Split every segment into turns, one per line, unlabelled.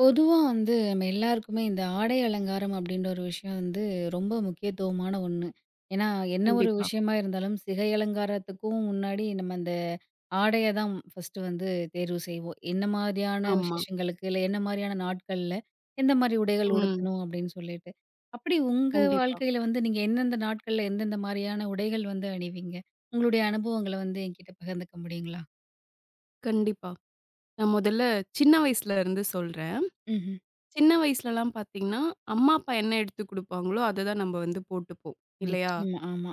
பொதுவா வந்து நம்ம எல்லாருக்குமே இந்த ஆடை அலங்காரம் அப்படின்ற ஒரு விஷயம் வந்து ரொம்ப முக்கியத்துவமான ஒண்ணு. ஏன்னா, என்ன ஒரு
கண்டிப்பா.
விஷயமா இருந்தாலும் சிகை அலங்காரத்துக்கும் முன்னாடி நம்ம அந்த ஆடைய தான் ஃபர்ஸ்ட்டு வந்து தேர்வு செய்வோம். என்ன மாதிரியான
ஆமா.
விசேஷங்களுக்கு, இல்ல என்ன மாதிரியான நாட்கள்ல எந்த மாரி உடைகள்
ம்.
உடுத்தணும் அப்படின்னு சொல்லிட்டு. அப்படி உங்க
கண்டிப்பா,
வாழ்க்கையில வந்து நீங்க எந்தெந்த நாட்கள்ல எந்தெந்த மாரியான உடைகள் வந்து அணிவீங்க? உங்களுடைய அனுபவங்கள வந்து என்கிட்ட பகிர்ந்துக்க முடியுங்களா?
கண்டிப்பா. நான் முதல்ல சின்ன வயசுல இருந்து சொல்றேன்.
ம்ஹ்ம்.
சின்ன வயசுலலாம் பார்த்தீங்கன்னா, அம்மா, அப்பா என்ன எடுத்து குடுப்பாங்களோ, அத தான் நம்ம வந்து போட்டுப்போம். இல்லையா?
நிச்சயமா. ஆமா.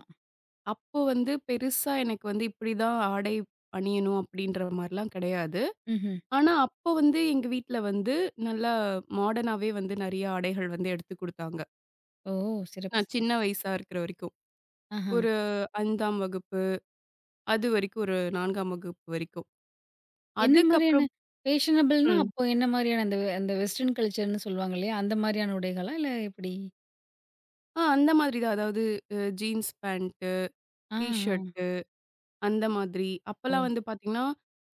அப்போ வந்து பெருசா எனக்கு வந்து இப்படிதான் ஆடை அணியணும் அப்படின்ற மாரிலாம் கிடையாது.
ம்ஹ்ம்.
ஆனா, அப்போ வந்து எங்க வீட்ல வந்து நல்லா மாடர்னாவே வந்து நெறைய ஆடைகள் வந்து எடுத்து குடுத்தாங்க.
ஓ! சிறப்பு,
நான்
சிறப்பு.
சின்ன வயசா இருக்கிற வரைக்கும்.
ஆஹ.
ஒரு 5ஆம் வகுப்பு, அது வரைக்கும் ஒரு 4ஆம் வகுப்பு வரைக்கும்.
என்ன மாரியான
அதுக்கப்புறம்
ஃபேஷனபிள்னா,
ம்.
அப்போ என்ன மாரியான அந்த அந்த வெஸ்டர்ன் கல்ச்சர்ன்னு சொல்லுவாங்க இல்லையா? அந்த மாரியான உடைகளா? இல்ல எப்படி?
ஆ அந்த மாதிரி தான். அதாவது jeans pant,
uh,
T
uh.
Shirt அந்த மாதிரி. அப்பலாம்
ஓ!
வந்து பார்த்தீங்கன்னா,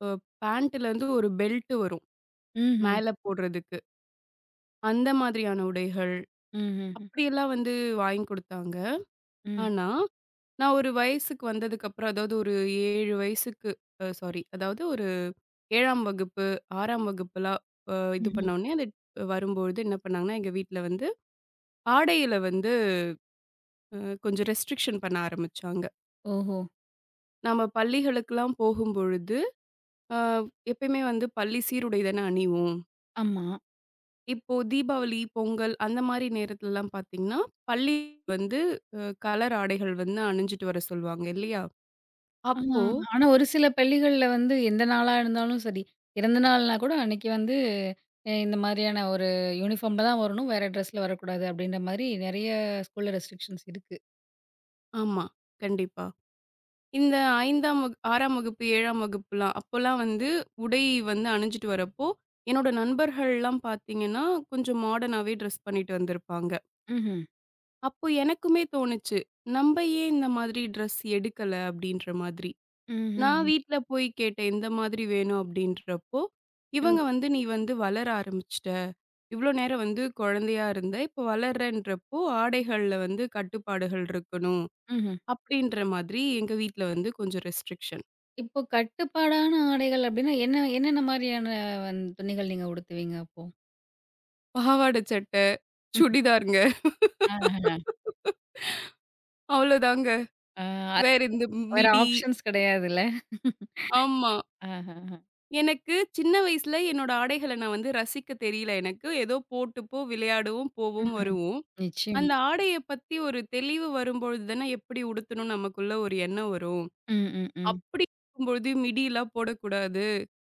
அ பேண்ட்டுலேருந்து ஒரு பெல்ட் வரும்.
ம்ஹ்ம்.
மேல போடுறதுக்கு. அந்த மாதிரியான உடைகள்,
ம்ஹ்ஹ்ம்.
அப்படியெல்லாம் வந்து வாங்கி குடுத்தாங்க.
ம்.
ஆனா, நான் ஒரு வயசுக்கு வந்ததுக்கப்புறம், அதாவது ஒரு 7 வயசுக்கு சாரி அதாவது ஒரு 7ஆம் வகுப்பு, 6ஆம் வகுப்புலாம் இது
ம்ஹ்ம்.
பண்ணோனே, அது வரும்பொழுது என்ன பண்ணாங்கன்னா, எங்க வீட்ல வந்து ஆடையில வந்து அ கொஞ்சம் ரெஸ்ட்ரிக்ஷன் பண்ண ஆரம்பிச்சாங்க.
ஓஹோ!
நம்ம பள்ளிகளுக்குலாம் போகும்பொழுது ஆ, எப்பயுமே வந்து பள்ளி சீருடை தானே அணிவோம்.
ஆமா.
இப்போ தீபாவளி, பொங்கல் அந்த மாரி நேரத்துலலாம் பார்த்தீங்கன்னா, பள்ளி வந்து கலர் ஆடைகள் வந்து அணிஞ்சுட்டு வர சொல்லுவாங்க இல்லையா?
ஆ,
அப்போ
ஆனா ஒரு சில பள்ளிகள்ல வந்து எந்த நாளா இருந்தாலும் சரி, இறந்த நாள்னா கூட அன்னைக்கு வந்து இந்த மாரியான ஒரு யூனிஃபார்ம்ல தான் வரணும். வேற ட்ரெஸ்ல வரக்கூடாது அப்படின்ற மாரி நெறைய ஸ்கூல்ல ரெஸ்ட்ரிக்ஷன்ஸ் இருக்கு.
ஆமா. கண்டிப்பா. இந்த 5ஆம் வகு 6ஆம் வகுப்பு, 7ஆம் வகுப்புலாம் அப்போலாம் வந்து உடை வந்து அணிஞ்சுட்டு வரப்போ, என்னோட நண்பர்கள்லாம் பார்த்தீங்கன்னா, கொஞ்சம் மாடர்னாவே ட்ரெஸ் பண்ணிட்டு வந்திருப்பாங்க.
ம்ஹ்ம்.
அப்போ எனக்குமே தோணுச்சு, "நம்ப ஏன் இந்த மாதிரி ட்ரெஸ் எடுக்கல?" அப்படீன்ற மாதிரி. நான்
ம்ஹ்ஹ்ம்.
வீட்ல போய் கேட்டேன், இந்த மாதிரி வேணும் அப்படின்றப்போ,
ஓ!
இவங்க வந்து "நீ வந்து வளர ஆரம்பிச்சுட்ட. இவ்ளோ நேரம் வந்து குழந்தையா இருந்த. இப்போ வளர்றன்றப்போ, ஆடைகள்ல வந்து கட்டுப்பாடுகள் இருக்கணும்."
ம்ஹ்ம்.
அப்படின்ற மாதிரி எங்க வீட்ல வந்து கொஞ்சம் ரெஸ்ட்ரிக்ஷன்.
இப்போ கட்டுப்பாடான ஆடைகள் அப்டின்னா, என்ன என்னென்ன மாரியான வந்து துணிகள் நீங்க உடுத்துவீங்க அப்போ?
பாவாட சட்டை, சுடிதாருங்க.
ஆஹஹா.
அவ்வளோதாங்க.
ஆ அது
வேற இந்த
வேற
மிடி
ஆப்ஷன்ஸ் கிடையாதுல்ல.
ஆமா.
ஆஹஹா.
எனக்கு சின்ன வயசுல என்னோட ஆடைகள நான் வந்து ரசிக்க தெரியல எனக்கு. ஏதோ போட்டுப்போ, விளையாடவும், போவும்,
ம்ஹ்ம்.
வருவோம்.
நிச்சயமா.
அந்த ஆடைய பத்தி ஒரு தெளிவு வரும்பொழுது தானே எப்படி உடுத்தணும்னு நமக்குள்ள ஒரு எண்ணம் வரும்.
ம், ம், ம்.
அப்படி இருக்கும்பொழுது மிடிலாம் போடக்கூடாது.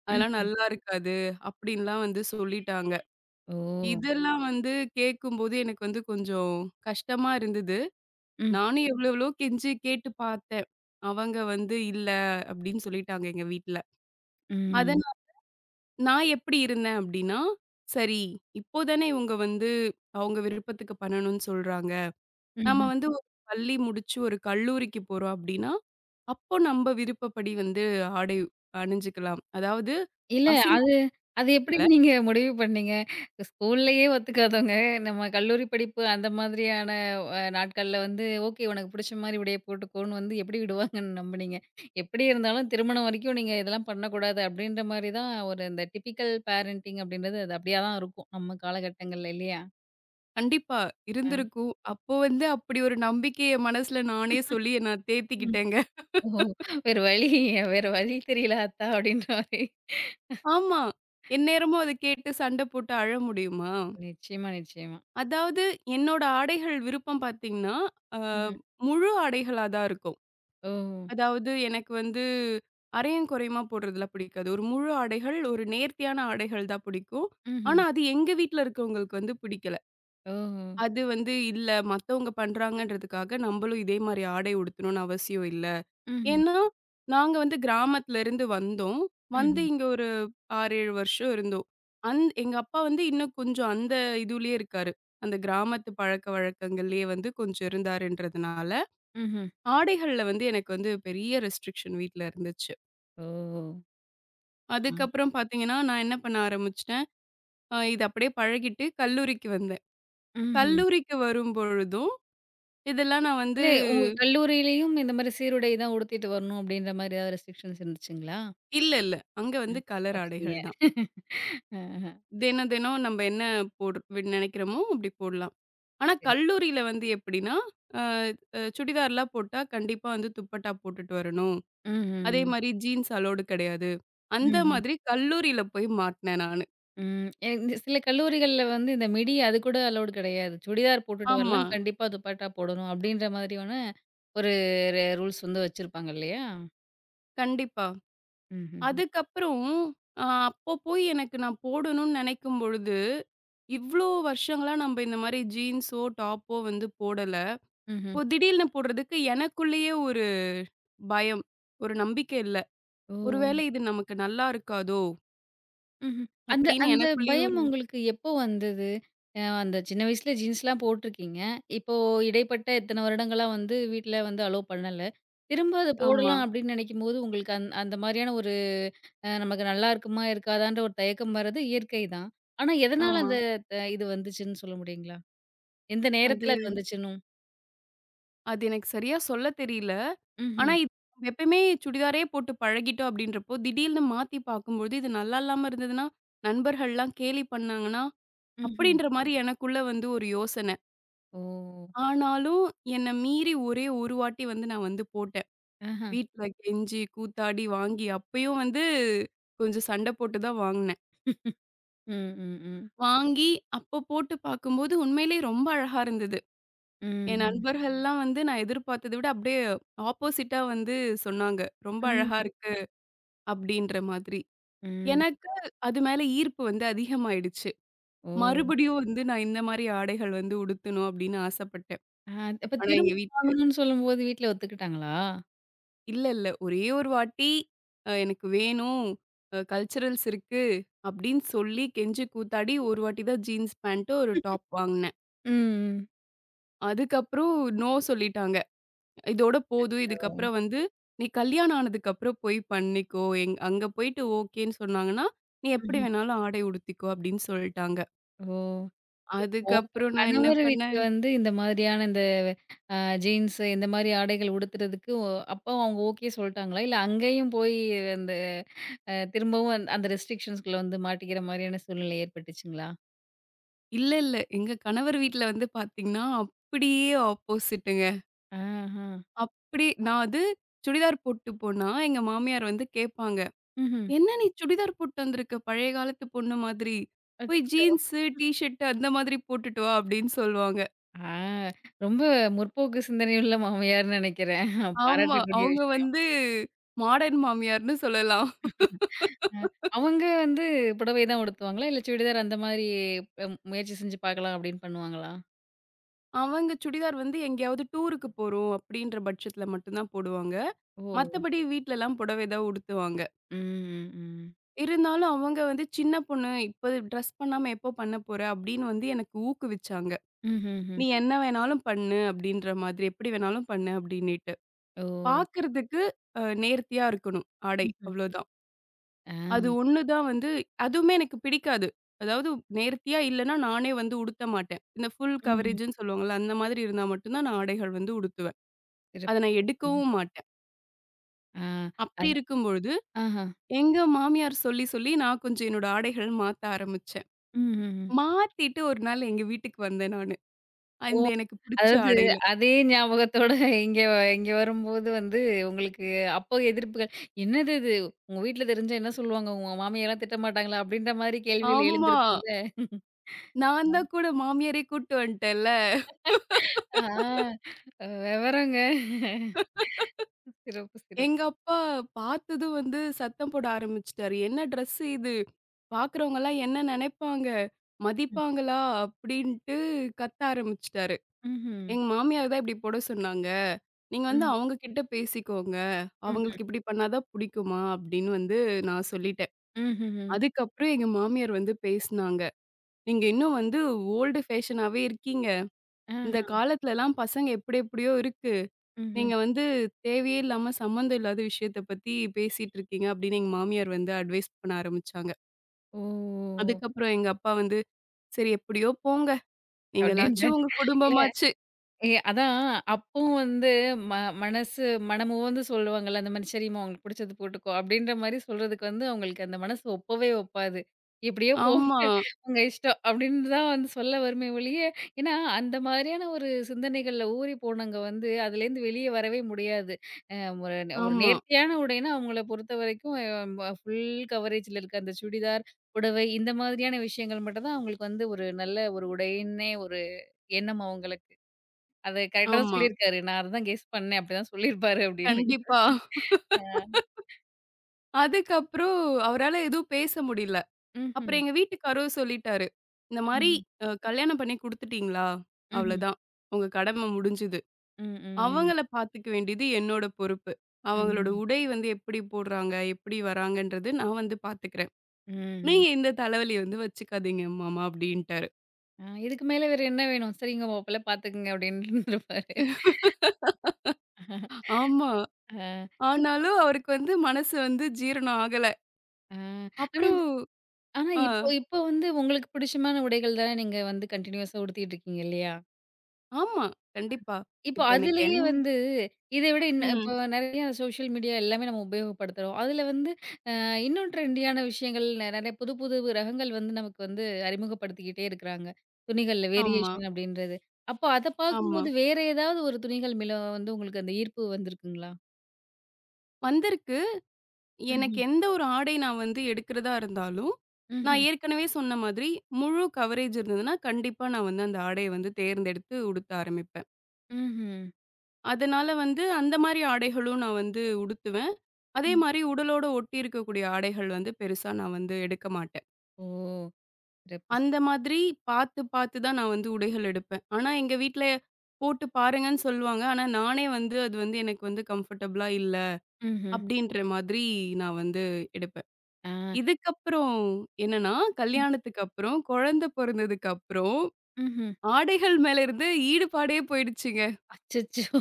அதெல்லாம்
ம்ஹ்ம்.
நல்லா இருக்காது. அப்படின்லாம் வந்து சொல்லிட்டாங்க.
ஓ!
இதெல்லாம் வந்து கேட்கும்போது எனக்கு வந்து கொஞ்சம் கஷ்டமா இருந்தது.
ம்,
நானும் எவ்வளோ எவ்வளோ கெஞ்சி கேட்டு பார்த்தேன். அவங்க வந்து இல்ல அப்படின்னு சொல்லிட்டாங்க எங்க வீட்ல. அத
ம்.
நான் நான் எப்படி இருந்தேன் அப்படின்னா, சரி இப்போ தானே இவங்க வந்து அவங்க விருப்பத்துக்கு பண்ணணும்னு சொல்றாங்க. நம்ம
ம்ஹ்ம்.
வந்து ஒரு பள்ளி முடிச்சு ஒரு கல்லூரிக்கு போறோம் அப்படின்னா, அப்போ நம்ப விருப்பப்படி வந்து ஆடை அணிஞ்சுக்கலாம். அதாவது
இல்ல. அது
அசிங்கம்
அது எப்படி
இல்ல.
நீங்க முடிவு பண்ணீங்க? ஸ்கூல்லயே ஒத்துக்காதவங்க, நம்ம கல்லூரி படிப்பு அந்த மாதிரியான நாட்கள்ல வந்து, ஓகே உனக்கு புடிச்ச மாரி உடைய போட்டுக்கோன்னு வந்து எப்படி விடுவாங்கன்னு நம்புனீங்க? எப்படி இருந்தாலும் திருமணம் வரைக்கும் நீங்க இதெல்லாம் பண்ணக்கூடாது அப்படின்ற மாரி தான் ஒரு இந்த டிபிக்கல் பேரண்டிங் அப்படின்றது அது அப்படியா தான் இருக்கும். நம்ம காலகட்டங்கள்ல இல்லையா?
கண்டிப்பா
அ.
இருந்திருக்கும். அப்போ வந்து அப்படி ஒரு நம்பிக்கை என் மனசுல நானே சொல்லி நான்
ம்.
தேத்திக்கிட்டேங்க.
ஓஹோ! வேற வழி வேற வழி தெரியல அத்தா அப்படின்ற மாரி.
ஆமா. எந்நேரமும் அத கேட்டு சண்டை போட்டு அழ முடியுமா?
நிச்சயமா, நிச்சயமா.
அதாவது என்னோட ஆடைகள் விருப்பம் பார்த்தீங்கன்னா, அ
ம்ஹ்ம்.
முழு ஆடைகளா தான் இருக்கும்.
ஓ!
அதாவது எனக்கு வந்து அரையும் குறையுமா போடுறதுலாம் பிடிக்காது. ஒரு முழு ஆடைகள், ஒரு நேர்த்தியான ஆடைகள் தான் பிடிக்கும். ஆனா,
ம்ஹ்ம்.
அது எங்க வீட்ல இருக்கவங்களுக்கு வந்து பிடிக்கல.
ஓஹோ!
அது வந்து இல்ல மத்தவங்க பண்றாங்கன்றதுக்காக நம்மளும் இதே மாரி ஆடை உடுத்தணும்னு அவசியம் இல்ல.
ம்ஹ்ம்.
ஏன்னா, நாங்க வந்து கிராமத்துல இருந்து வந்தோம். வந்து
ம்ஹ்ம்.
இங்க ஒரு 6, 7 வருஷம் இருந்தோம். எங்க அப்பா வந்து இன்னும் கொஞ்சம் அந்த இதுலயே இருக்காரு. அந்த கிராமத்து பழக்கவழக்கங்கள்லயே வந்து கொஞ்சம் இருந்தாருன்றதுனால,
ம்ஹ்ம். ம்ஹ்ம்.
ஆடைகள்ல வந்து எனக்கு வந்து பெரிய ரெஸ்ட்ரிக்ஷன் வீட்ல இருந்துச்சு.
ஓ! ஆ.
அதுக்கப்புறம் பார்த்தீங்கன்னா, நான் என்ன பண்ண ஆரம்பிச்சுட்டேன், இது அப்படியே பழகிட்டு கல்லூரிக்கு வந்தேன்.
ம்ஹ்ம்.
கல்லூரிக்கு வரும்பொழுதும், இதெல்லாம் நான் வந்து
இல்ல உங்க கல்லூரியிலயும் இந்த மாரி சீருடை தான் உடுத்திட்டு வரணும் அப்படின்ற மாரி ஏதாவது ரெஸ்ட்ரிக்ஷன்ஸ் இருந்துச்சுங்களா?
இல்ல, இல்ல. அங்க
அ.
வந்து கலர்
தப்பிச்சிட்டீங்க.
ஆடைகள் தான்.
ஆஹ.
தினம் தினம் நம்ம என்ன போடு நெனைக்கிறோமோ அப்படி போடலாம். ஆனா
சரி, சரி.
கல்லூரியில வந்து எப்படின்னா, அ அ சுடிதார்லாம் போட்டா கண்டிப்பா வந்து துப்பட்டா போட்டுட்டு வரணும். அதே
ம்ஹ்ம்.
மாரி ஜீன்ஸ் அலோடு கிடையாது. அந்த
ம்ஹ்ம்.
மாதிரி கல்லூரியில போய் மாட்னேன் நானு.
ம். இந்த சில கல்லூரிகள்ல வந்து இந்த மிடி அது கூட அலவுட் கிடையாது. சுடிதார் போட்டுட்டு
ஆமா.
வரலாம். கண்டிப்பா துப்பட்டா போடணும் அப்படின்ற மாதிரியான ஒரு ரூல்ஸ் வந்து வச்சிருப்பாங்க இல்லையா?
கண்டிப்பா.
ம்ஹ்ம்.
அதுக்கப்புறம் அப்போ போய் எனக்கு நான் போடணும்னு நினைக்கும் பொழுது, இவ்ளோ வருஷங்களா நம்ப இந்த மாரி ஜீன்ஸோ, டாப்போ வந்து போடல.
ம்ஹ்ம்.
இப்போ திடீல்னு போடுறதுக்கு எனக்குள்ளேயே ஒரு பயம். ஒரு நம்பிக்கை இல்ல.
ஓ!
"ஒருவேளை இது நமக்கு நல்லா இருக்காதோ?"
ம்ஹ்ம். அந்த
அப்படின்னு
அந்த
எனக்குள்ளேயே
பயம்
ஒரு
உங்களுக்கு எப்போ வந்தது? அந்த சின்ன வயசுல ஜீன்ஸ்லாம் போட்டுருக்கீங்க. இப்போ இடைப்பட்ட இத்தன வருடங்களா வந்து வீட்ல வந்து அலோ பண்ணல. திரும்ப அத
ஆமா,
போடலாம் அப்டின்னு நெனைக்கும்போது, உங்களுக்கு அந்த மாரியான ஒரு நமக்கு நல்லா இருக்குமா? இருக்காதான்ற ஒரு தயக்கம் வர்றது இயற்கை தான். ஆனா எதனால
ஆமா.
அந்த இது வந்துச்சுன்னு சொல்ல முடியுங்களா? எந்த
அது
நேரத்துல அது வந்துச்சுன்னும்?
அது எனக்கு சரியா சொல்ல தெரியல. ஆனா
ம்ஹ்ம்.
இது நம்ம எப்பயுமே சுடிதாரே போட்டு பழகிட்டோம் அப்படின்றப்போ, திடீல்னு மாத்தி பார்க்கும்பொழுது, இது நல்லா இல்லாம இருந்ததுன்னா, நண்பர்கள்லாம் கேலி பண்ணாங்கன்னா,
ம்ஹ்ம்.
அப்படின்ற மாரி எனக்குள்ள வந்து ஒரு யோசன.
ஓ!
ஆனாலும், என்ன மீறி ஒரே ஒரு வாட்டி வந்து நான் வந்து போட்டேன்.
ஆஹ.
வீட்ல கெஞ்சி, கூத்தாடி வாங்கி அப்பயும் வந்து கொஞ்சம் சண்ட போட்டு தான் வாங்குனேன்.
ம், ம், ம்.
வாங்கி அப்போ போட்டு பார்க்கும்போது உண்மையிலேயே ரொம்ப அழகா இருந்தது.
ம்,
என்
ம்.
நண்பர்கள்லாம் வந்து நான் எதிர்பார்த்தத விட அப்படியே ஆப்போசிட்டா வந்து சொன்னாங்க. ரொம்ப அழகா
ம்,
இருக்கு அப்படின்ற மாதிரி.
ம்.
எனக்கு அது மேல ஈர்ப்பு வந்து அதிகமாயிடுச்சு.
ஓ!
மறுபடியும் வந்து நான் இந்த மாரி ஆடைகள் வந்து உடுத்தணும் அப்படின்னு ஆசைப்பட்டேன்.
ஆ, அப்ப
ஆனா
திரும்ப
எங்க வீட்ல
வாங்கணும்னு சொல்லும்போது வீட்ல ஒத்துக்கிட்டாங்களா?
இல்ல, இல்ல. ஒரே ஒரு வாட்டி எனக்கு வேணும். கல்ச்சுரல்ஸ் இருக்கு அப்டின்னு சொல்லி கெஞ்சி கூத்தாடி ஒரு வாட்டி தான் ஜீன்ஸ் பேண்ட், ஒரு டாப் வாங்குனேன்.
ம்.
அதுக்கப்புறம் நோ சொல்லிட்டாங்க. இதோட போதும்.
அச்சோ!
இதுக்கப்புறம் வந்து நீ கல்யாணம் ஆனதுக்கப்புறம் போய் பண்ணிக்கோ. அங்க போயிட்டு ஓகேன்னு சொன்னாங்கன்னா, நீ எப்படி
ம்ஹ்ம்.
வேணாலும் ஆடை உடுத்திக்கோ அப்டின்னு சொல்ட்டாங்க.
ஓ! இப்ப
அதுக்கப்புறம் நான் என்ன
கணவர் வீட்ல
பண்ணேன்
வந்து இந்த மாதிரியான இந்த அ ஜீன்ஸ் இந்த மாரி ஆடைகள் உடுத்துறதுக்கு அப்போ அவங்க ஓகே சொல்ட்டாங்களா? இல்ல அங்கேயும் போய் அந்த திரும்பவும் அந்த ரெஸ்ட்ரிக்ஷன்ஸ்குள்ள வந்து மாட்டிக்கிற மாரியான சூழ்நிலை ஏற்பட்டுச்சுங்களா?
இல்ல, இல்ல. எங்க கணவர் வீட்ல வந்து பாத்தீங்கன்னா, அப்படியே ஆப்போசிட்டுங்க.
ஆஹா!
அப்படி நான் அது சுடிதார் போட்டு போனா, எங்க மாமியார் வந்து கேட்பாங்க.
ம்ஹ்ம்.
"என்ன நீ சுடிதார் போட்டு வந்திருக்க பழைய காலத்து பொண்ணு மாதிரி. போய்
அச்சச்சோ!
ஜீன்ஸு, டீ ஷர்ட் அந்த மாதிரி போட்டுட்டு வா" அப்படின்னு சொல்லுவாங்க.
ஆ ரொம்ப முற்போக்கு சிந்தனையுள்ள மாமியார்ன்னு நெனைக்கிறேன்.
ஆமா.
பாராட்டக்கூடிய
அவங்க
விஷயம்.
வந்து மாடர்ன் மாமியார்ன்னு சொல்லலாம்.
அ. அவங்க வந்து புடவை தான் உடுத்துவாங்களா? இல்ல சுடிதார் அந்த மாரி முயற்சி செஞ்சு பார்க்கலாம் அப்படின்னு பண்ணுவாங்களா?
அவங்க சுடிதார் வந்து எங்கேயாவது டூருக்கு போறோம் அப்படின்ற பட்சத்தில மட்டும் தான் போடுவாங்க.
ஓ!
மத்தபடி வீட்லலாம் புடவை தான் உடுத்துவாங்க.
ம், ம்.
இருந்தாலும் அவங்க வந்து சின்ன பொண்ணு, "இப்ப ட்ரெஸ் பண்ணாம எப்போ பண்ண போற?" அப்படின்னு வந்து எனக்கு ஊக்குவிச்சாங்க.
ம்ஹ்ஹ்ம்.
நீ என்ன வேணாலும் பண்ணு அப்படின்ற மாதிரி, எப்படி வேணாலும் பண்ணு அப்படின்னிட்டு.
ஓ!
பார்க்கறதுக்கு நேர்த்தியா இருக்கணும் ஆடை,
ம்ஹ்ம்.
அவ்வளோதான்.
ஆ.
அது ஒண்ணு தான் வந்து அதுவுமே எனக்கு பிடிக்காது. அதாவது நேர்த்தியா இல்லன்னா நானே வந்து உடுத்த மாட்டேன். இந்த ஃபுல்
ம்ஹ்ம்.
கவரேஜ்ன்னு சொல்லுவாங்கல்ல, அந்த மாதிரி இருந்தா மட்டும் தான் நான் ஆடைகள் வந்து உடுத்துவேன். அத
சிறப்பு,
நான்
சிறப்புங்க.
எடுக்கவும் மாட்டேன்.
ஆ.
அப்படி
அது
இருக்கும்பொழுது,
ஆஹா.
எங்க மாமியார் சொல்லி, சொல்லி நான் கொஞ்சம் என்னோட ஆடைகள் மாத்த ஆரம்பிச்சேன்.
ம்ஹ்ஹ்ம்.
மாத்திட்டு ஒரு நாள் எங்க வீட்டுக்கு வந்தேன் நானு.
ஓ!
இந்த எனக்கு பிடிச்ச
அதாவது
ஆடையில.
அதே ஞாபகத்தோட இங்க இங்க வரும்போது வந்து உங்களுக்கு அப்போ எதிர்ப்புகள், "என்னது இது? உங்க வீட்ல தெரிஞ்சா என்ன சொல்லுவாங்க? உங்க மாமியார்லாம் திட்ட மாட்டாங்களா?" அப்படின்ற மாரி கேள்விகள்
ஆமா.
எழுந்திருக்கும்ல?
நான் தான் கூட மாமியாரே கூட்டு வந்துட்டேன்ல.
ஆ. வெவரங்க. சிறப்பு, சிறப்பு.
எங்க அப்பா பார்த்ததும் வந்து சத்தம் போட ஆரம்பிச்சுட்டாரு. "என்ன ட்ரெஸ் இது? பார்க்குறவங்கலாம் என்ன நினைப்பாங்க? மதிப்பாங்களா?" அப்படின்ட்டு கத்த ஆரம்பிச்சுட்டாரு.
ம்ஹ்ம்.
எங்க மாமியார் தான் இப்படி போட சொன்னாங்க. "நீங்க வந்து
ம்.
அவங்க கிட்ட பேசிக்கோங்க.
ம்ஹ்ம்.
அவங்களுக்கு இப்படி பண்ணா தான் புடிக்குமா?" அப்படின்னு வந்து நான் சொல்லிட்டேன்.
ம்ஹ்ஹ்ம்.
அதுக்கப்புறம் எங்க மாமியார் வந்து பேசுனாங்க. "நீங்க இன்னும் வந்து ஓல்டு ஃபேஷனாவே இருக்கீங்க. இந்த
ஆஹ.
காலத்துலலாம் பசங்க எப்படி எப்படியோ இருக்"
ம்ஹ்ம்.
நீங்க வந்து தேவையே இல்லாம சம்மந்தம் இல்லாத விஷயத்த பத்தி பேசிட்டு இருக்கீங்க அப்படின்னு எங்க மாமியார் வந்து அட்வைஸ் பண்ண ஆரம்பிச்சாங்க.
ஓ!
அதுக்கப்புறம் எங்க அப்பா வந்து, "சரி எப்படியோ போங்க. நீங்களாச்சும்
அப்படின்ட்டாரு.
உங்க குடும்பமாச்சு."
ஏ அதான் அப்பவும் வந்து ம மனசு மனமு வந்து சொல்லுவாங்கல்ல, அந்த மாரி "சரிம்மா உங்களுக்கு புடிச்சது போட்டுக்கோ" அப்படின்ற மாரி சொல்றதுக்கு வந்து அவங்களுக்கு அந்த மனசு ஒப்பவே ஒப்பாது. "எப்படியோ போங்க
ஆமா,
உங்க இஷ்டம்" அப்படின்னு தான் வந்து சொல்ல வருமே ஒழிய, ஏன்னா அந்த மாதிரியான ஒரு சிந்தனைகள்ல ஊறி போனவங்க வந்து அதுலேருந்து வெளிய வரவே முடியாது. அ ஒரு
ஆமா,
நேர்த்தியான உடைன்னா அவங்கள பொறுத்தவரைக்கும் அ ஃபுல் கவரேஜ்ல இருக்க அந்த சுடிதார், புடவை இந்த மாதிரியான விஷயங்கள் மட்டும் தான் அவங்களுக்கு வந்து ஒரு நல்ல ஒரு உடைன்னே ஒரு எண்ணம் அவங்களுக்கு. அது கரெக்ட்டா தான்
ஆமா.
சொல்லியிருக்காரு. நான் அதுதான் கெஸ் பண்ணேன். அப்படிதான் சொல்லியிருப்பாரு அப்படின்னு.
கண்டிப்பா.
அ
அதுக்கப்புறம் அவரால எதுவும் பேச முடியல.
ம்ஹ்ம்.
அப்புறம் எங்க வீட்டுக்காரரும் சொல்லிட்டாரு. இந்த மாரி
ம்ஹ்ம்.
கல்யாணம் பண்ணி குடுத்துட்டீங்களா?
ம்ஹ்ம்.
அவ்வளதான். உங்க கடமை முடிஞ்சுது.
ம். ம்.
அவங்கள பார்த்துக்க வேண்டியது என்னோட பொறுப்பு. அவங்களோட
ம்.
உடை வந்து எப்படி போடுறாங்க, எப்படி வராங்கன்றது நான் வந்து பார்த்துக்கிறேன்.
ம். ம்.
நீங்க இந்த தலைவலிய வந்து வச்சுக்காதீங்க மாமா அப்டின்ட்டாரு.
அ இதுக்கு மேல வேற என்ன வேணும்? சரிங்க மாப்பிள்ள பாத்துக்கங்க அப்படின்ருப்பாரு.
ஆமா.
அ இப்போ
ஆனாலும் அவருக்கு வந்து மனசு வந்து ஜீரணம் ஆகல.
அ ஆனா
அப்புறம்
ஆனா
ஆ
இப்போ இப்போ வந்து உங்களுக்கு பிடிச்சமான உடைகள் தானே நீங்க வந்து கன்டினியூஸா உடுத்திட்டு இருக்கீங்க இல்லையா?
ஆமா. கண்டிப்பா.
இப்போ
இப்ப எனக்கு
அதுலயே
என்
வந்து இதை விட இன்னும் இப்போ
ம்.
நெறைய சோஷியல் மீடியா எல்லாமே நம்ம உபயோகப்படுத்துறோம். அதுல வந்து இன்னும் ட்ரெண்டியான விஷயங்கள் நிறைய புது புது ரகங்கள் வந்து நமக்கு வந்து அறிமுகப்படுத்திக்கிட்டே இருக்கிறாங்க. துணிகள்ல
ஆமா,
வேரியேஷன் அப்படின்றது. அப்போ அத
ஆமா.
பார்க்கும்போது வேற ஏதாவது ஒரு துணிகள் மேல வந்து உங்களுக்கு அந்த ஈர்ப்பு வந்திருக்குங்களா?
வந்திருக்கு. எனக்கு
ம்ஹ்ம்.
எந்த ஒரு ஆடை நான் வந்து எடுக்கிறதா இருந்தாலும், நான்
ம்ஹ்ம்.
ஏற்கனவே சொன்ன மாதிரி முழு கவரேஜ் இருந்ததுன்னா, கண்டிப்பா நான் வந்து அந்த ஆடைய வந்து தேர்ந்தெடுத்து உடுத்த ஆரம்பிப்பேன்.
ம்ஹ்ம்.
அதனால வந்து அந்த மாரி ஆடைகளும் நான் வந்து உடுத்துவேன். அதே
ம்.
மாரி உடலோட ஒட்டி இருக்கக்கூடிய ஆடைகள் வந்து பெருசா நான் வந்து எடுக்க மாட்டேன்.
ஓ! சிறப்பு,
அந்த
சிறப்பு.
மாதிரி பார்த்து பார்த்து தான் நான் வந்து உடைகள் எடுப்பேன். ஆனா எங்க வீட்ல போட்டு பாருங்கன்னு சொல்லுவாங்க. ஆனா நானே வந்து அது வந்து எனக்கு வந்து கம்ஃபர்டபுளா இல்ல
ம்ஹ்ம்.
அப்டின்ற மாதிரி நான் வந்து எடுப்பேன்.
ஆ.
இதுக்கப்புறம் என்னன்னா,
ம்.
கல்யாணத்துக்கு அப்புறம், குழந்தை பொறந்ததுக்கு அப்புறம்
ம்ஹ்ம்.
ஆடைகள் மேல இருந்து ஈடுபாடே போயிடுச்சுங்க.
அச்சச்சோ!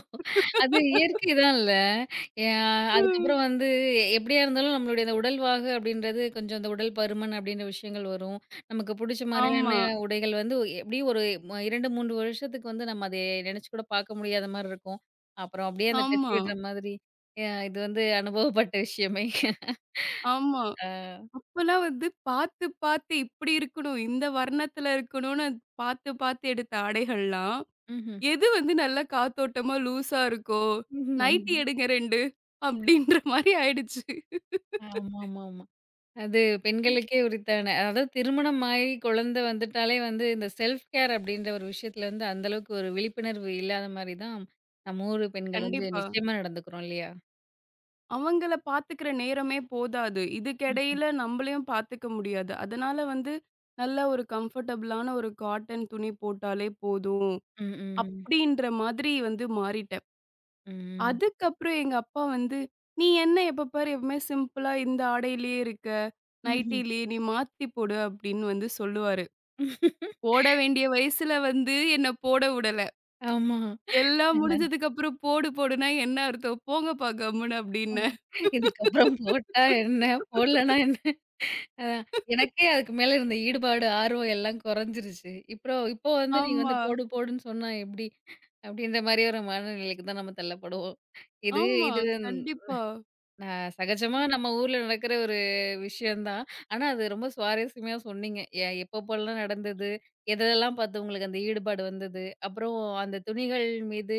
அது இயற்கை தான்ல. அ
ம்.
அதுக்கப்புறம் வந்து எப்படியா இருந்தாலும் நம்மளுடைய அந்த உடல்வாகு அப்படின்றது கொஞ்சம் அந்த உடல் பருமன் அப்படின்ற விஷயங்கள் வரும். நமக்கு புடிச்ச
ஆமா,
மாதிரியான உடைகள் வந்து எப்படியும் ஒரு 2, 3 வருஷத்துக்கு வந்து நம்ம அதை நினைச்சு கூட பார்க்க முடியாத மாரி இருக்கும். அப்புறம் அப்படியே அந்த டச்
ஆமா,
விடுற மாதிரி. அ இது வந்து அனுபவப்பட்ட விஷயமே.
ஆமா.
ஆ.
அப்பலாம் வந்து பார்த்து, பார்த்து இப்படி இருக்கணும், இந்த வர்ணத்துல இருக்கணும்னு பார்த்து, பார்த்து எடுத்த ஆடைகள்லாம்,
ம்ஹ்ம்.
எது வந்து நல்லா காத்தோட்டமா லூஸா இருக்கோ,
ம்ஹ்ம்.
நைட்டி எடுங்க 2 அப்படின்ற மாரி ஆயிடுச்சு.
ஆமாமாமா. அது பெண்களுக்கே உரித்தான அதாவது திருமணம் ஆகி குழந்தை வந்துட்டாலே வந்து இந்த செல்ஃப் கேர் அப்படின்ற ஒரு விஷயத்துல வந்து அந்த அளவுக்கு ஒரு விழிப்புணர்வு இல்லாத மாதிரி தான் நம்ம ஊர் பெண்கள் வந்து
கண்டிப்பா.
நிச்சயமா நடந்துக்கிறோம் இல்லையா?
அவங்கள பார்த்துக்கிற நேரமே போதாது.
ம்.
இதுக்கிடையில நம்பளையும் பார்த்துக்க முடியாது. அதனால வந்து நல்ல ஒரு கம்ஃபர்டபுளான ஒரு காட்டன் துணி போட்டாலே போதும்,
ம்.
அப்படின்ற மாதிரி வந்து மாறிட்டேன்.
ம்.
அதுக்கப்புறம் எங்க அப்பா வந்து, "நீ என்ன எப்ப பாரு எப்பவுமே சிம்பிளா இந்த ஆடையிலேயே இருக்க.
ம்ஹ்ம்.
நைட்டிலயே நீ மாத்தி போடு" அப்படின்னு வந்து சொல்லுவாரு. போட வேண்டிய வயசுல வந்து என்ன போட உடல.
ஆமா.
எல்லாம் முடிஞ்சதுக்கு அப்புறம் போடு போடுன்னா என்ன அர்த்தம்? போங்கப்பா கம்முனு அப்படின்னேன்.
இதுக்கப்புறம் போட்டா என்ன? போடலன்னா என்ன? அதான். எனக்கே அதுக்கு மேல இருந்த ஈடுபாடு, ஆர்வம் எல்லாம் குறைஞ்சிருச்சு. இப்போ இப்போ வந்து நீங்க வந்து
ஆமா,
போடு போடுன்னு சொன்னா எப்படி? அப்படின்ற மாரி ஒரு மனநிலைக்கு தான் நம்ம தள்ளப்படுவோம். இது
ஆமா.
இது
கண்டிப்பா,
ந சகஜமா நம்ம ஊர்ல நடக்கிற ஒரு விஷயம் தான். ஆனா, அது ரொம்ப சுவாரஸ்யமா சொன்னீங்க. எ எப்பப்போலாம் நடந்தது? எதெல்லாம் பார்த்து உங்களுக்கு அந்த ஈடுபாடு வந்தது? அப்புறம் அந்த துணிகள் மீது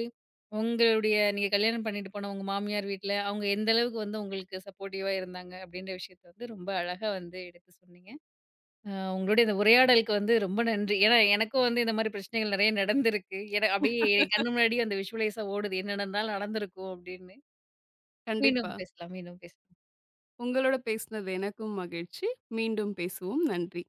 உங்களுடைய நீங்க கல்யாணம் பண்ணிட்டு போன உங்க மாமியார் வீட்ல, அவங்க எந்த அளவுக்கு வந்து உங்களுக்கு சப்போர்ட்டிவா இருந்தாங்க? அப்படின்ற விஷயத்த வந்து ரொம்ப அழகா வந்து எடுத்து சொன்னீங்க. அ உங்களுடைய இந்த உரையாடலுக்கு வந்து ரொம்ப நன்றி. ஏன்னா, எனக்கும் வந்து இந்த மாரி பிரச்சனைகள் நெறைய நடந்திருக்கு. என அப்படியே என் கண்ணு முன்னாடியே அந்த விஷுவலைஸா ஓடுது. என்னென்ன நாள் நடந்திருக்கும் அப்படின்னு. மீண்டும்
கண்டிப்பா.
பேசலாம். மீண்டும் பேசலாம்.
உங்களோட பேசினது எனக்கும் மகிழ்ச்சி. மீண்டும் பேசுவோம். நன்றி.